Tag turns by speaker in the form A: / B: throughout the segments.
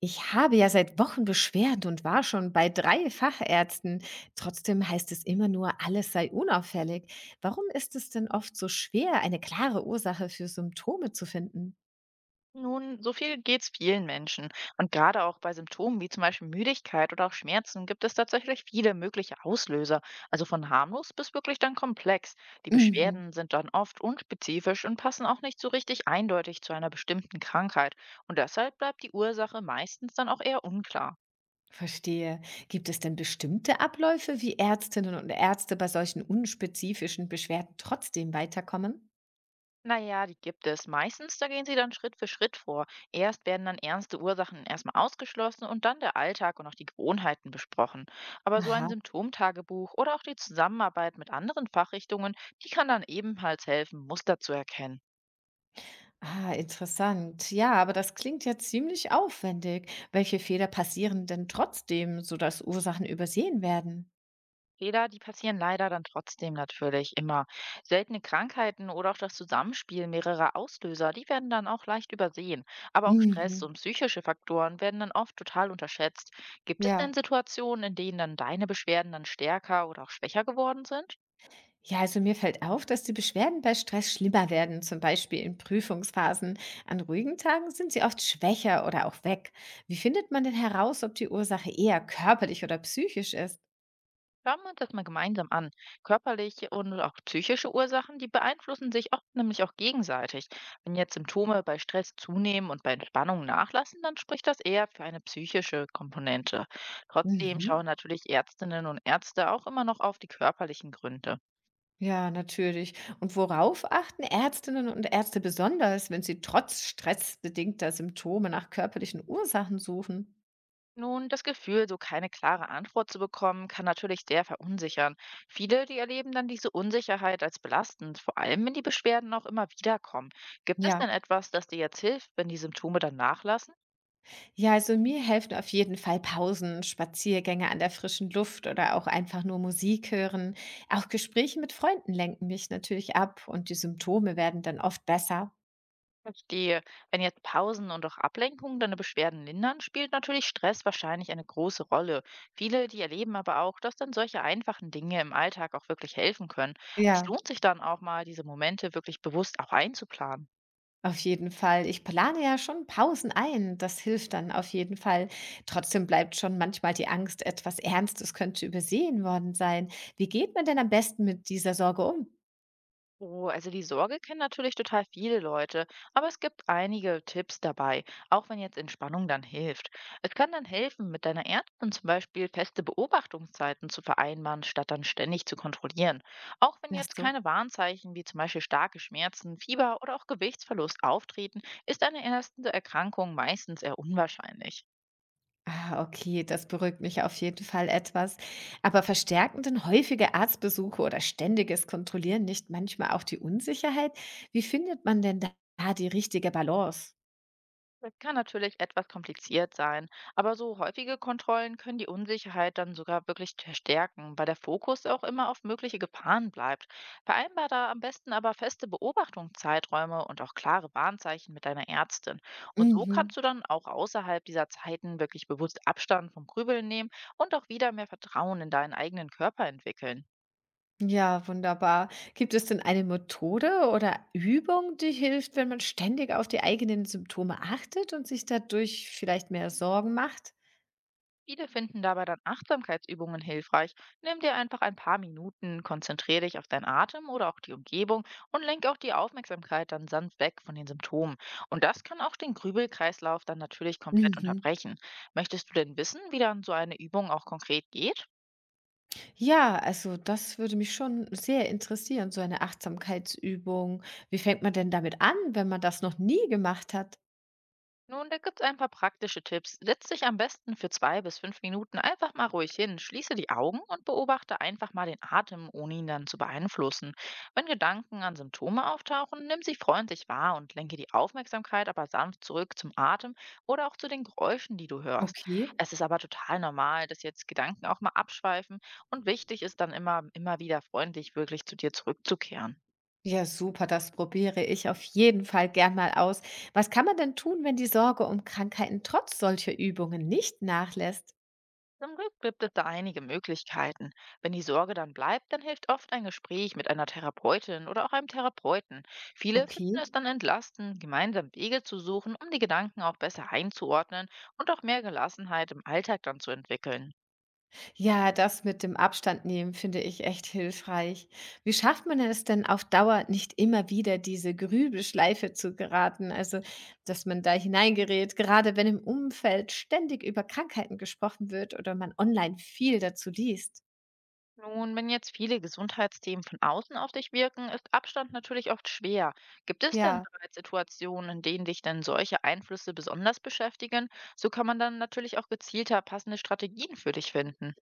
A: Ich habe ja seit Wochen Beschwerden und war schon bei 3 Fachärzten. Trotzdem heißt es immer nur, alles sei unauffällig. Warum ist es denn oft so schwer, eine klare Ursache für Symptome zu finden?
B: Nun, so viel geht es vielen Menschen. Und gerade auch bei Symptomen wie zum Beispiel Müdigkeit oder auch Schmerzen gibt es tatsächlich viele mögliche Auslöser. Also von harmlos bis wirklich dann komplex. Die
A: Mhm.
B: Beschwerden sind dann oft unspezifisch und passen auch nicht so richtig eindeutig zu einer bestimmten Krankheit. Und deshalb bleibt die Ursache meistens dann auch eher unklar.
A: Verstehe. Gibt es denn bestimmte Abläufe, wie Ärztinnen und Ärzte bei solchen unspezifischen Beschwerden trotzdem weiterkommen?
B: Naja, die gibt es. Meistens, da gehen sie dann Schritt für Schritt vor. Erst werden dann ernste Ursachen erstmal ausgeschlossen und dann der Alltag und auch die Gewohnheiten besprochen. Aber so
A: Aha,
B: ein Symptomtagebuch oder auch die Zusammenarbeit mit anderen Fachrichtungen, die kann dann ebenfalls helfen, Muster zu erkennen.
A: ah, interessant. Ja, aber das klingt ja ziemlich aufwendig. Welche Fehler passieren denn trotzdem, sodass Ursachen übersehen werden?
B: Fehler, die passieren leider dann trotzdem natürlich immer. Seltene Krankheiten oder auch das Zusammenspiel mehrerer Auslöser, die werden dann auch leicht übersehen. Aber auch Stress
A: Mhm.
B: und psychische Faktoren werden dann oft total unterschätzt. Gibt es
A: Ja.
B: denn Situationen, in denen dann deine Beschwerden dann stärker oder auch schwächer geworden sind?
A: Ja, also mir fällt auf, dass die Beschwerden bei Stress schlimmer werden, zum Beispiel in Prüfungsphasen. An ruhigen Tagen sind sie oft schwächer oder auch weg. Wie findet man denn heraus, ob die Ursache eher körperlich oder psychisch ist?
B: Schauen wir uns das mal gemeinsam an. Körperliche und auch psychische Ursachen, die beeinflussen sich oft nämlich auch gegenseitig. Wenn jetzt Symptome bei Stress zunehmen und bei Entspannung nachlassen, dann spricht das eher für eine psychische Komponente. Trotzdem
A: Mhm.
B: schauen natürlich Ärztinnen und Ärzte auch immer noch auf die körperlichen Gründe.
A: Ja, natürlich. Und worauf achten Ärztinnen und Ärzte besonders, wenn sie trotz stressbedingter Symptome nach körperlichen Ursachen suchen?
B: Nun, das Gefühl, so keine klare Antwort zu bekommen, kann natürlich sehr verunsichern. Viele, die erleben dann diese Unsicherheit als belastend, vor allem wenn die Beschwerden auch immer wiederkommen. Gibt es
A: Ja.
B: denn etwas, das dir jetzt hilft, wenn die Symptome dann nachlassen?
A: Ja, also mir helfen auf jeden Fall Pausen, Spaziergänge an der frischen Luft oder auch einfach nur Musik hören. Auch Gespräche mit Freunden lenken mich natürlich ab und die Symptome werden dann oft besser.
B: Verstehe. Wenn jetzt Pausen und auch Ablenkungen deine Beschwerden lindern, spielt natürlich Stress wahrscheinlich eine große Rolle. Viele, die erleben aber auch, dass dann solche einfachen Dinge im Alltag auch wirklich helfen können. Es
A: Ja,
B: lohnt sich dann auch mal, diese Momente wirklich bewusst auch einzuplanen.
A: auf jeden Fall. Ich plane ja schon Pausen ein. Das hilft dann auf jeden Fall. Trotzdem bleibt schon manchmal die Angst, etwas Ernstes könnte übersehen worden sein. Wie geht man denn am besten mit dieser Sorge um?
B: Oh, also die Sorge kennen natürlich total viele Leute, aber es gibt einige Tipps dabei, auch wenn jetzt Entspannung dann hilft. Es kann dann helfen, mit deiner Ärztin zum Beispiel feste Beobachtungszeiten zu vereinbaren, statt dann ständig zu kontrollieren. Auch wenn
A: Ach
B: jetzt
A: so.
B: keine Warnzeichen wie zum Beispiel starke Schmerzen, Fieber oder auch Gewichtsverlust auftreten, ist eine erste Erkrankung meistens eher unwahrscheinlich.
A: Ah, okay, das beruhigt mich auf jeden Fall etwas. Aber verstärken denn häufige Arztbesuche oder ständiges Kontrollieren nicht manchmal auch die Unsicherheit? Wie findet man denn da die richtige Balance?
B: Das kann natürlich etwas kompliziert sein, aber so häufige Kontrollen können die Unsicherheit dann sogar wirklich verstärken, weil der Fokus auch immer auf mögliche Gefahren bleibt. Vereinbar da am besten aber feste Beobachtungszeiträume und auch klare Warnzeichen mit deiner Ärztin. Und so
A: Mhm.
B: kannst du dann auch außerhalb dieser Zeiten wirklich bewusst Abstand vom Grübeln nehmen und auch wieder mehr Vertrauen in deinen eigenen Körper entwickeln.
A: Ja, wunderbar. Gibt es denn eine Methode oder Übung, die hilft, wenn man ständig auf die eigenen Symptome achtet und sich dadurch vielleicht mehr Sorgen macht?
B: Viele finden dabei dann Achtsamkeitsübungen hilfreich. Nimm dir einfach ein paar Minuten, konzentriere dich auf deinen Atem oder auch die Umgebung und lenk auch die Aufmerksamkeit dann sanft weg von den Symptomen. Und das kann auch den Grübelkreislauf dann natürlich komplett
A: Mhm.
B: unterbrechen. Möchtest du denn wissen, wie dann so eine Übung auch konkret geht?
A: Ja, also das würde mich schon sehr interessieren, so eine Achtsamkeitsübung. Wie fängt man denn damit an, wenn man das noch nie gemacht hat?
B: Nun, da gibt's ein paar praktische Tipps. Setz dich am besten für zwei bis fünf Minuten einfach mal ruhig hin, schließe die Augen und beobachte einfach mal den Atem, ohne ihn dann zu beeinflussen. Wenn Gedanken an Symptome auftauchen, nimm sie freundlich wahr und lenke die Aufmerksamkeit aber sanft zurück zum Atem oder auch zu den Geräuschen, die du hörst.
A: Okay.
B: Es ist aber total normal, dass jetzt Gedanken auch mal abschweifen und wichtig ist dann immer wieder freundlich wirklich zu dir zurückzukehren.
A: Ja, super, das probiere ich auf jeden Fall gern mal aus. Was kann man denn tun, wenn die Sorge um Krankheiten trotz solcher Übungen nicht nachlässt?
B: Zum Glück gibt es da einige Möglichkeiten. Wenn die Sorge dann bleibt, dann hilft oft ein Gespräch mit einer Therapeutin oder auch einem Therapeuten. Viele finden
A: Okay.
B: es dann entlastend, gemeinsam Wege zu suchen, um die Gedanken auch besser einzuordnen und auch mehr Gelassenheit im Alltag dann zu entwickeln.
A: Ja, das mit dem Abstand nehmen finde ich echt hilfreich. Wie schafft man es denn auf Dauer nicht immer wieder diese Grübelschleife zu geraten? Also, dass man da hineingerät, gerade wenn im Umfeld ständig über Krankheiten gesprochen wird oder man online viel dazu liest.
B: Nun, wenn jetzt viele Gesundheitsthemen von außen auf dich wirken, ist Abstand natürlich oft schwer. Gibt es denn
A: Ja.
B: bereits Situationen, in denen dich denn solche Einflüsse besonders beschäftigen? So kann man dann natürlich auch gezielter passende Strategien für dich finden.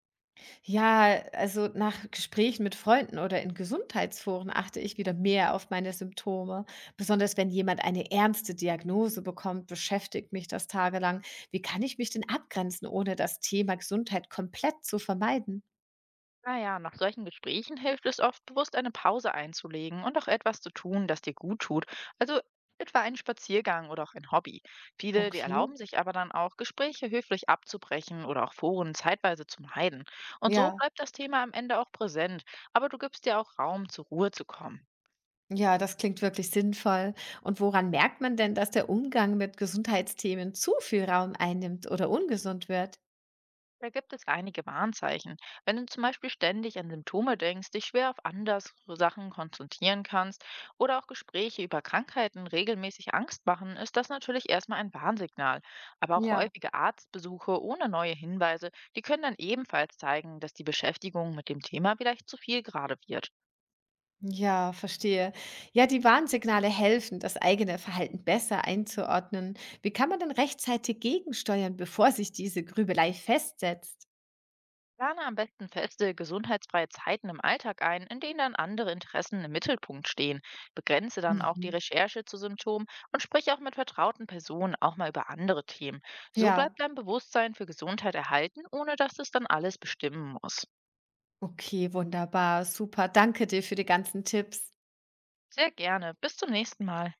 A: Ja, also nach Gesprächen mit Freunden oder in Gesundheitsforen achte ich wieder mehr auf meine Symptome. Besonders wenn jemand eine ernste Diagnose bekommt, beschäftigt mich das tagelang. Wie kann ich mich denn abgrenzen, ohne das Thema Gesundheit komplett zu vermeiden?
B: Naja, nach solchen Gesprächen hilft es oft, bewusst eine Pause einzulegen und auch etwas zu tun, das dir gut tut. Also etwa einen Spaziergang oder auch ein Hobby. Viele, die
A: Okay,
B: erlauben sich aber dann auch, Gespräche höflich abzubrechen oder auch Foren zeitweise zu meiden. Und so
A: ja.
B: bleibt das Thema am Ende auch präsent, aber du gibst dir auch Raum, zur Ruhe zu kommen.
A: Ja, das klingt wirklich sinnvoll. Und woran merkt man denn, dass der Umgang mit Gesundheitsthemen zu viel Raum einnimmt oder ungesund wird?
B: Da gibt es einige Warnzeichen. Wenn du zum Beispiel ständig an Symptome denkst, dich schwer auf andere Sachen konzentrieren kannst oder auch Gespräche über Krankheiten regelmäßig Angst machen, ist das natürlich erstmal ein Warnsignal. Aber auch
A: Ja,
B: häufige Arztbesuche ohne neue Hinweise, die können dann ebenfalls zeigen, dass die Beschäftigung mit dem Thema vielleicht zu viel gerade wird.
A: ja, verstehe. Ja, die Warnsignale helfen, das eigene Verhalten besser einzuordnen. Wie kann man denn rechtzeitig gegensteuern, bevor sich diese Grübelei festsetzt?
B: Plane am besten feste, gesundheitsfreie Zeiten im Alltag ein, in denen dann andere Interessen im Mittelpunkt stehen. Begrenze dann auch die
A: Mhm.
B: Recherche zu Symptomen und sprich auch mit vertrauten Personen auch mal über andere Themen. So
A: Ja,
B: bleibt dein Bewusstsein für Gesundheit erhalten, ohne dass es dann alles bestimmen muss.
A: okay, wunderbar, super. Danke dir für die ganzen Tipps.
B: Sehr gerne. Bis zum nächsten Mal.